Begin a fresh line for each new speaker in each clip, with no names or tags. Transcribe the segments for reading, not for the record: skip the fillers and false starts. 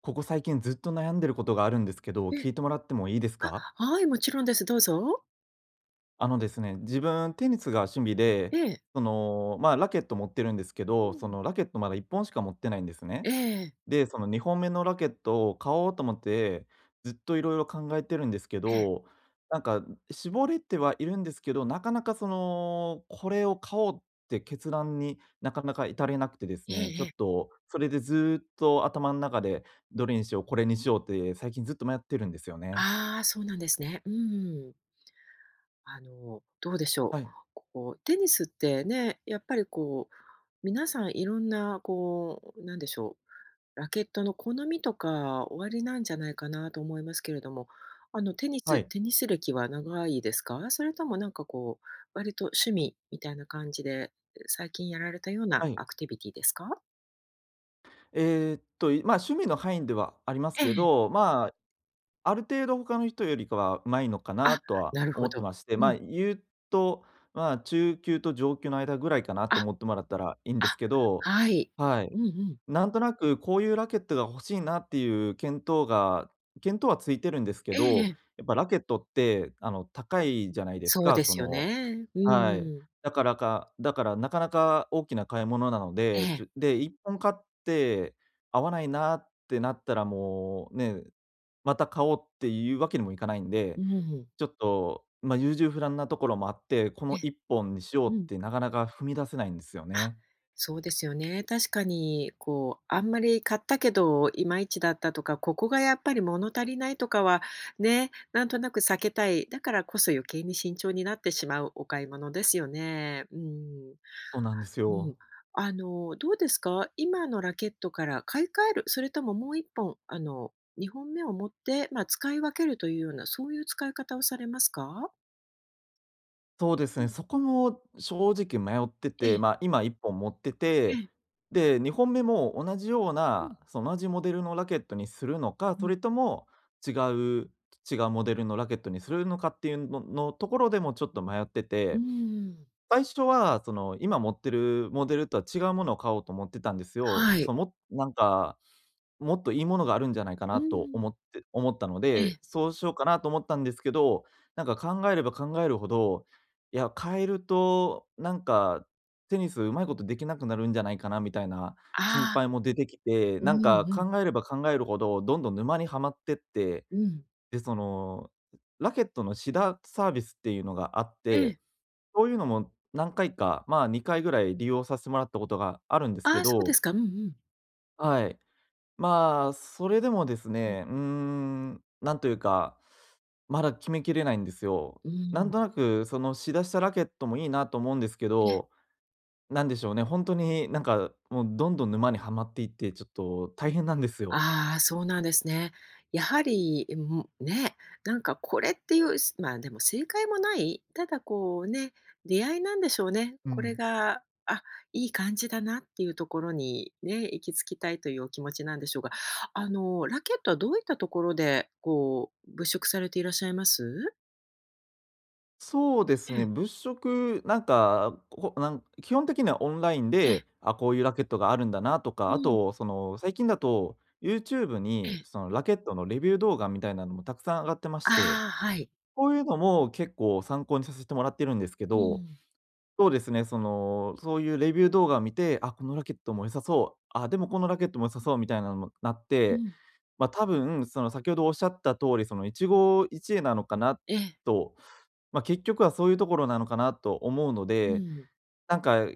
ここ最近ずっと悩んでることがあるんですけど、
え
聞
え。
いてもらってもいいですか？
あ、はい、もちろんです。どうぞ。
あのですね、自分テニスが趣味
え
で、
え。
ラケット持ってるんですけ
う
ど、そ
ん。
のラケットまだ1本しか持ってないんですね。
ええええ。
で、その2本目のラケットを買おうと思って、ずっといろいろ考えてるんですけ
ええ
ど、なんか絞れてはいるんですけど、なかなかこれを買おうって決断になかなか至れなくてです
えええ
ね、ちょ
え
っ
ええ、
とそれでずっと頭の中でどれにしよう、これにしようって最近ずっと迷ってるんですよね。
ああ、そうなんですね。うん。あの、どうでしょ
は
う。
い、
こう、テニスってね、やっぱりこう、皆さんいろんなこう、なんでしょう、ラケットの好みとかおありなんじゃないかなと思いますけれども、あの、テニ
は
ス
い、
テニス歴は長いですか？それともなんかこう、割と趣味みたいな感じで、最近やられたような
はい。
アクティビティですか？
まあ、趣味の範囲ではあります
え
け
え。
ど、まあある程度他の人よりかは上手いのかな
あ、
とは
なる
思
ほ
って
ど。
まして、ま
う
あ、
ん。
言うと、まあ、中級と上級の間ぐらいかなと
あ、
思ってもらったらいいんで
あ、
すけど、
はい。
はい。
うんうん。
なんとなくこういうラケットが欲しいなっていう検討はついてるんですけ
えええ
ど、
え。
やっぱラケットって、高いじゃないです
そう
か。
で
そ
すよ
の、
ね。う
はい。
ん。
だからなかなか大きな買い物なの
え
で、ち
え。
ょで、1本買って合わないなってなったらもうね、また買おうっていうわけにもいかないん
う
で、
ん。
ちょっと、ま、優柔不断なところもあって、こ
え
の
え。
1本にしよ
う
うっ
ん。
てなかなか踏み出せないんですよ
あ、
ね。
そうですよね。確かに、こう、あんまり買ったけど、いまいちだったとか、ここがやっぱり物足りないとかは、ね、なんとなく避けたい。だからこそ余計に慎重になってしまうお買い物ですよね。うん。
そうなんです
うん。
よ。
あの、どうですか？今のラケットから買い替える、それとももう1本、あの、2本目を持って、まあ、使い分けるというような、そういう使い方をされますか？
そうです
う
ね、
ん。
そこも正直迷って
え
て、
え、
まあ、今1本持って
え
て、
え。
で、2本目も同じよう
うん、
な、同じモデルのラケットにするのか、
う
そ
ん。
れとも違う違うモデルのラケットにするのかっていうところでもちょっと迷って
うー
て。
ん。
最初は、今持ってるモデルとは違うものを買おうと思ってたんですよ。
はい。
その、もなんか、もっといいものがあるんじゃないか
うー
なと
ん。
思ったの
え
で、
え。
そうしようかなと思ったんですけど、なんか考えれば考えるほど、いや、変えると、なんか、テニスうまいことできなくなるんじゃないかなみたいな心
ああ、
配も出てきて、
う
なん
んう
か
ん、うんは
考
い、
えれば考えるほど、どんどん沼にはまってって、
うん
で、その、ラケットのシダサービスっていうのがあっ
え
て、
え。
そういうのも何回か、まあ、2回ぐらい利用させてもらったことがあるんです
あ
け
あ、そうで
ど、
すか。うんうん。
はい。まあ、それでもです
うん。
ね、うーん、なんというか、まだ決めきれないんですよ。
う
なん
ん。
となく、そのしだしたラケットもいいなと思うんですけ
ええ。
ど、なんでしょうね、本当になんか、もうどんどん沼にはまっていって、ちょっと大変なんですよ。
ああ、そうなんですね。やはり、もね、なんかこれっていう、まあ、でも正解もない、ただこうね、出会いなんでしょうね。
う
これ
ん。
が、あ、いい感じだなっていうところにね、行き着きたいというお気持ちなんでしょうが、あの、ラケットはどういったところで、こう、物色されていらっしゃいます？
そうです
え
ね、
え、
物色、なんか、こなん基本的にはオンライン
え
で、
え、
あ、こういうラケットがあるんだなと
う
か、あ
ん、
と、その、最近だと、YouTube
え
に、
え。
ラケットのレビュー動画みたいなのもたくさん上がってまして、
ああ、はい。
こういうのも結構参考にさせてもらってるんですけ
う
ど、
ん、
そうですね、そういうレビュー動画を見て、あ、このラケットも良さそう、あ、でもこのラケットも良さそうみたいなのもなっ
う
て、
ん。
まあ、多分、先ほどおっしゃった通り、一会なのかな
ええ、
と。まあ、結局はそういうところなのかなと思うの
う
で、
ん、
なんか、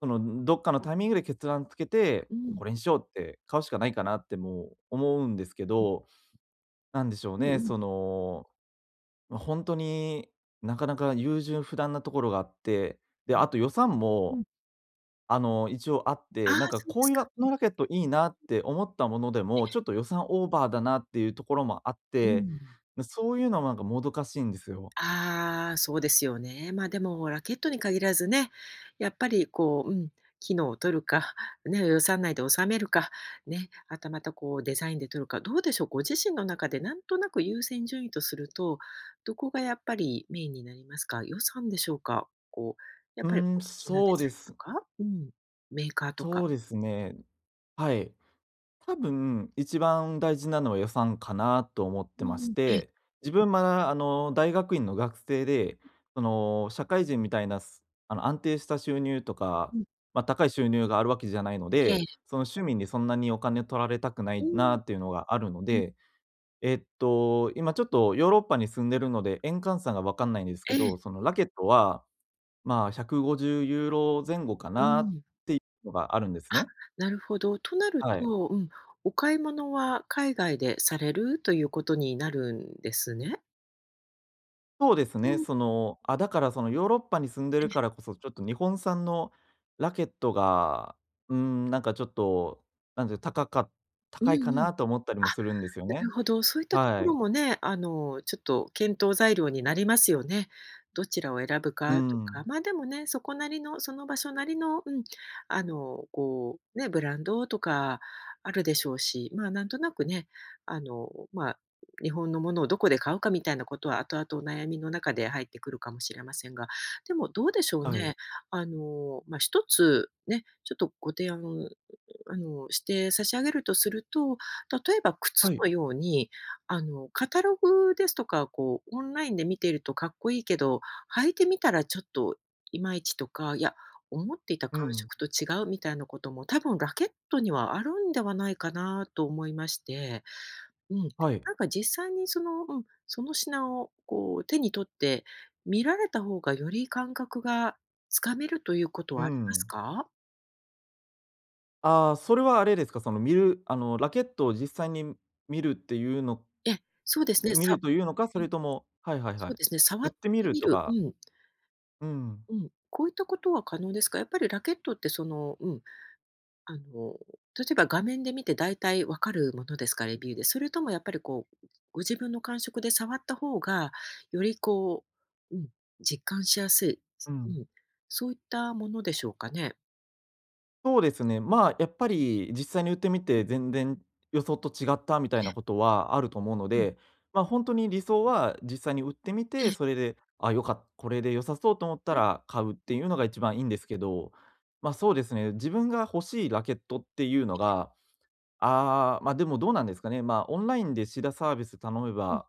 どっかのタイミングで決断つけて、
うん、
これにしようって買うしかないかなってもう思うんですけど、なんでしょう
うんう
ね、
ん、
その、ま、ほになかなか優柔不断なところがあって、で、あと予算
うん。
も、あの、一応あっ
あ
て、
あ、
なんか
そうで
こう
す
いう
か。
ラこのラケットいいなって思ったものでも、ちょっと予算オーバーだなっていうところもあっ
う
て、
ん。
そういうのもなんかもどかしいんですよ。
ああ、そうですよね。まあ、でもラケットに限らずね、やっぱりこう、うん、機能を取るか、ね、予算内で収めるか、ね、はたまたこうデザインで取るか、どうでしょう、ご自身の中でなんとなく優先順位とすると、どこがやっぱりメインになりますか？予算でしょうか？こう、やっ
う
ぱりお
ー
好
ん、
きなデ
そう
ザ
で
インと
す
か、うん、メーカーとか。
そうですね。はい。多分、一番大事なのは予算かなと思って
う
まし
ん、ええ、
て、自分まだ、大学院の学生で、社会人みたいな、すあの、安定した収入とか、
うん。
まあ、高い収入があるわけじゃないの
え
で、
え、
趣味にそんなにお金取られたくな
う
い
ん、
なっていうのがあるの
うん、
で、えっと、今ちょっとヨーロッパに住んでるので、円換算が分かんないんですけ
え
ど、
え、
ラケットは、まあ、150ユーロ前後か
う
なって
ん。
いうのがあるんです
あ、
ね。
なるほど。となる
はい。
と、うん、お買い物は海外でされるということになるんですね。
そうです
う
ね。
ん、
だからそのヨーロッパに住んでるか
え、
らこそ、ちょっと日本産のラケットが、うーん、なんかちょっと、なんていう、
うん
高いか
うん。
なと思ったり
あ、
もするんですよ
なる
ね。
ほど、そういったと
は
ころ
い。
もね、あの、ちょっと検討材料になりますよね。どちらを選ぶか
う
とか、
ん。
まあ、でもね、そこなりの、その場所なりの、うん、あの、こう、ね、ブランドとかあるでしょうし、まあ、なんとなくね、あの、まあ、日本のものをどこで買うかみたいなことは後々お悩みの中で入ってくるかもしれませんが、でもどうでしょう
はい。
ね。あの、まあ、一つね、ちょっとご提案あの、して差し上げるとすると、例えば靴
はい。
のように、あの、カタログですとか、こう、オンラインで見ているとかっこいいけど、履いてみたらちょっといまいちとか、いや、思っていた
う
感
ん。
触と違うみたいなことも、多分ラケットにはあるんではないかなと思いまして、うん。
はい。
なんか実際にその、うん、その品をこう手に取って見られた方がより感覚がつかめるということ
う
はあります
ん。
か？
ああ、それはあれですか、その見るあのラケットを実際に見るっていうの
えそうですね。
見るというのか、それともはいはいは
そ
い。
うですね、触っ
売ってみ
て
る
み
と
る、う
か。
ん、
うん、
うん。こういったことは可能ですか？やっぱりラケットってその、うん、あの、例えば画面で見て大体わかるものですか？レビューで。それともやっぱりこう、ご自分の感触で触った方が、よりこう、うん、実感しやすい、
う
う
ん。
ん、そういったものでしょうかね？
そうですね。まあ、やっぱり実際に売ってみ
うん、
て、全然予想と違ったみた
え
いなこ
え、
とはあると思うの
うん、
で、まあ、本当に理想は実際に売ってみ
え
て、
え、
それで、あ、よかったこれで良さそうと思った
うん
ら買うっていうのが一番いいんですけど、ま、そうですね、自分が欲しいラケットっていうのが、ああ、ま、でもどうなんですかね、ま、オンラインでシダサービス頼め
うん、
ば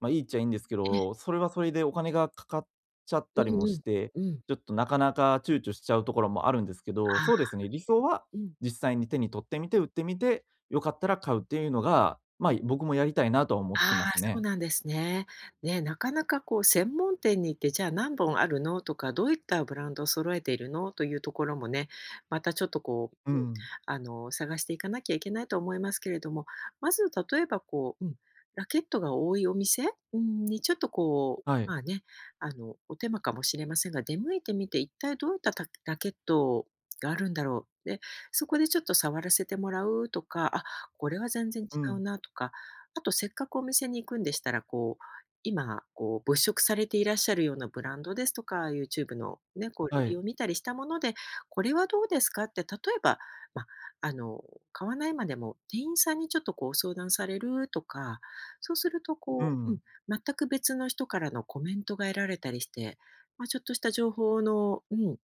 いいっちゃいいんですけど、それはそれでお金がかかっちゃっ
う
たり
ん
も
う
し
ん、
て、
うん。
ちょっとなかなか躊躇しちゃうところもあるんですけど、
あ
そうで
あ、
すね、理想は
うん。
実際に手に取ってみて、売ってみて、良かったら買うっていうのが、まあ、僕もやりたいなとは思っ
あ
てま
あ、
す
そう
ね。
なんですね。ね、なかなかこう専門店に行って、じゃあ何本あるのとか、どういったブランドを揃えているのというところもね、またちょっとこ
う
う、うん、
ん。
あの、探していかなきゃいけないと思いますけれども、まず例えばこう、うん、ラケットが多いお店、うん、にちょっとこう、
はい。
まあね、あの、お手間かもしれませんが、出向いてみて、一体どういったたラケットがあるんだろう。で、そこでちょっと触らせてもらうとか、あ、これは全然違
う
う
ん。
なとか、あとせっかくお店に行くんでしたら、こう、今、こう、物色されていらっしゃるようなブランドですとか、YouTube のね、こう、レ
は
ビュー
い。
を見たりしたもので、これはどうですかって、例えば、ま、あの、買わないまでも店員さんにちょっと、こう、相談されるとか、そうすると、
う
こう、うん、
ん。
全く別の人からのコメントが得られたりして、ま、ちょっとした情報の、うん、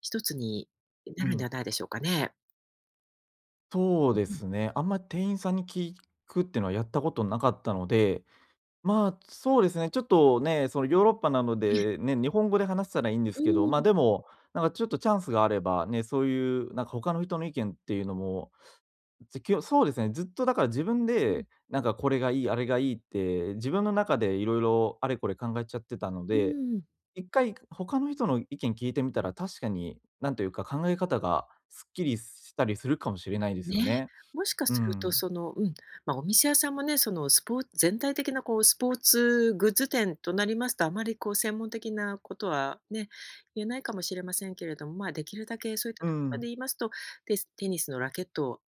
一つにな
う
るんで
ん。
はないでしょうかね。
そ
う
う
ん
で
うん。
すね。あんまり店員さんに聞くっていうのはやったことなかったので、まあ、そうですね、ちょっとね、そのヨーロッパなの
ええ。
で、ね、日本語で話したらいいんで
う
すけど、
ー
で
ん。
も、なんかちょっとチャンスがあれば、ね、そういうなんか他の人の意見っていうのも、ずきょそうですね、ずっとだから自分
うん、
で、なんかこれがいい、あれがいいって、自分の中でいろいろあれこれ考えちゃってたの
う
で、
ーん。
一回他の人の意見聞いてみたら、確かに、なんというか、考え方がすっきりしたりするかもしれないですよ
ね、
ね。
もしか
う
すると
ん。
その、うん、まあ、お店屋さんもね、そのスポーツ全体的なこうスポーツグッズ店となりますと、あまりこう専門的なことはね、言えないかもしれませんけれども、まあ、できるだけそういった
う
ところ
ん。
で言いますと、テニスのラケットを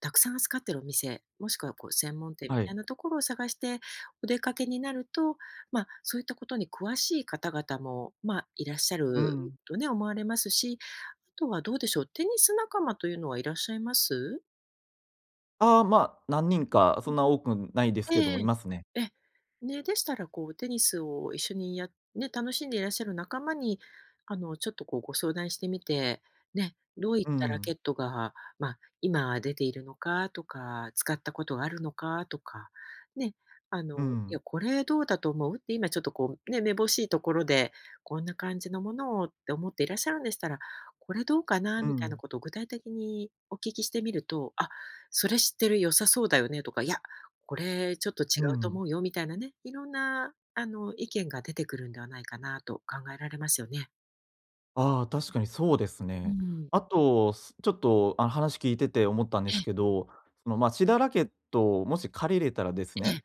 たくさん扱ってるお店、もしくはこう専門店み
は
た
い。
いなところを探してお出かけになると、まあ、そういったことに詳しい方々も、まあ、いらっしゃ
う
る
ん。
とね、思われますし、あとはどうでしょう、テニス仲間というのはいらっしゃいます？
ああ、まあ、何人か、
う
そ
ん、
んな多くないですけども
え
い
え
ますね。
ええ。ね、でしたらこうテニスを一緒にね、楽しんでいらっしゃる仲間に、あの、ちょっとこうご相談してみて、ね、どういっ
う
たラケ
ん。
ットが、まあ、今出ているのかとか、使ったことがあるのかとか、ね、あの、
う
いや、
ん。
これどうだと思うって今ちょっとこうね、めぼしいところで、こんな感じのものをって思っていらっしゃるんでしたら、これどうかな
う
みたいな
ん。
ことを具体的にお聞きしてみると、あ、それ知ってる、良さそうだよねとか、いや、これちょっと違
う
うと
ん。
思うよみたいなね、いろんなあの意見が出てくるんではないかなと考えられますよね。
ああ、確かにそうです
う
ね。
ん。
あと、ちょっと、あの、話聞いてて思ったんで
ええ
すけど、まあ、シダラケットをもし借りれたらです
え
ね、
え。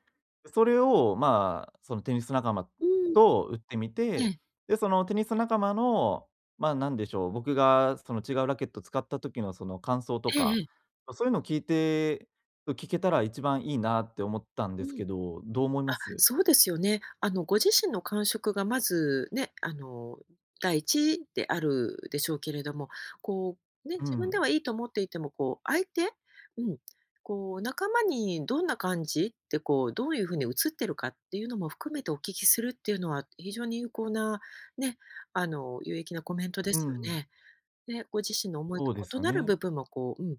それを、まあ、そのテニス仲間
うん。
と打ってみ
え
て、
え。
で、そのテニス仲間の、まあ、なんでしょう、僕がその違うラケット使った時のその感想と
ええ
か、
ええ。
まそういうのを聞いて聞けたら一番いいなって思ったんで
う
す
ん。
けど、どう思いま
あ、
す？
そうですよね。あの、ご自身の感触がまずね、あの、第一であるでしょうけれども、こう、ね、
う
自分で
ん。
はいいと思っていても、こう、相手、うん、こう、仲間にどんな感じって、こう、どういうふうに映ってるかっていうのも含めてお聞きするっていうのは、非常に有効な、ね、あの、有益なコメントで
う
すよ
ん、
ね。で、ご自身の思いと
そうです
異
よ
なる
ね。
部分も、こう、うん、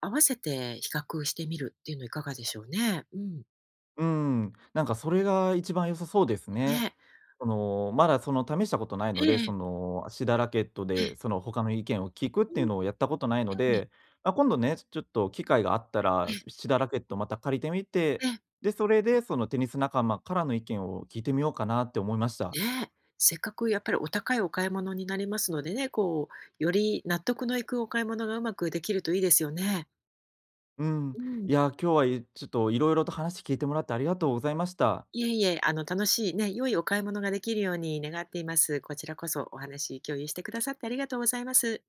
合わせて比較してみるっていうのいかがでしょうね。うん。
うん、なんかそれが一番良さそうですね。
ね。
まだその試したことない
え
の
え
で、
ええ。
シダラケット
ええ。
で、その他の意見を聞くっ
う
ていう
ん、
のをやったことないの
ええ、
で、まあ、今度ね、ちょっと機会があった
ええ、
ら、シダラケットまた借りてみて、
ええ、
で、それでそのテニス仲間からの意見を聞いてみようかなって思いました。
ねえ。せっかくやっぱりお高いお買い物になりますのでね、こう、より納得のいくお買い物がうまくできるといいですよね。
うん、
うん。
いや、今日はちょっといろいろと話聞いてもらってありがとうございました。
いえいえ、あの、楽しいね、良いお買い物ができるように願っています。こちらこそお話共有してくださってありがとうございます。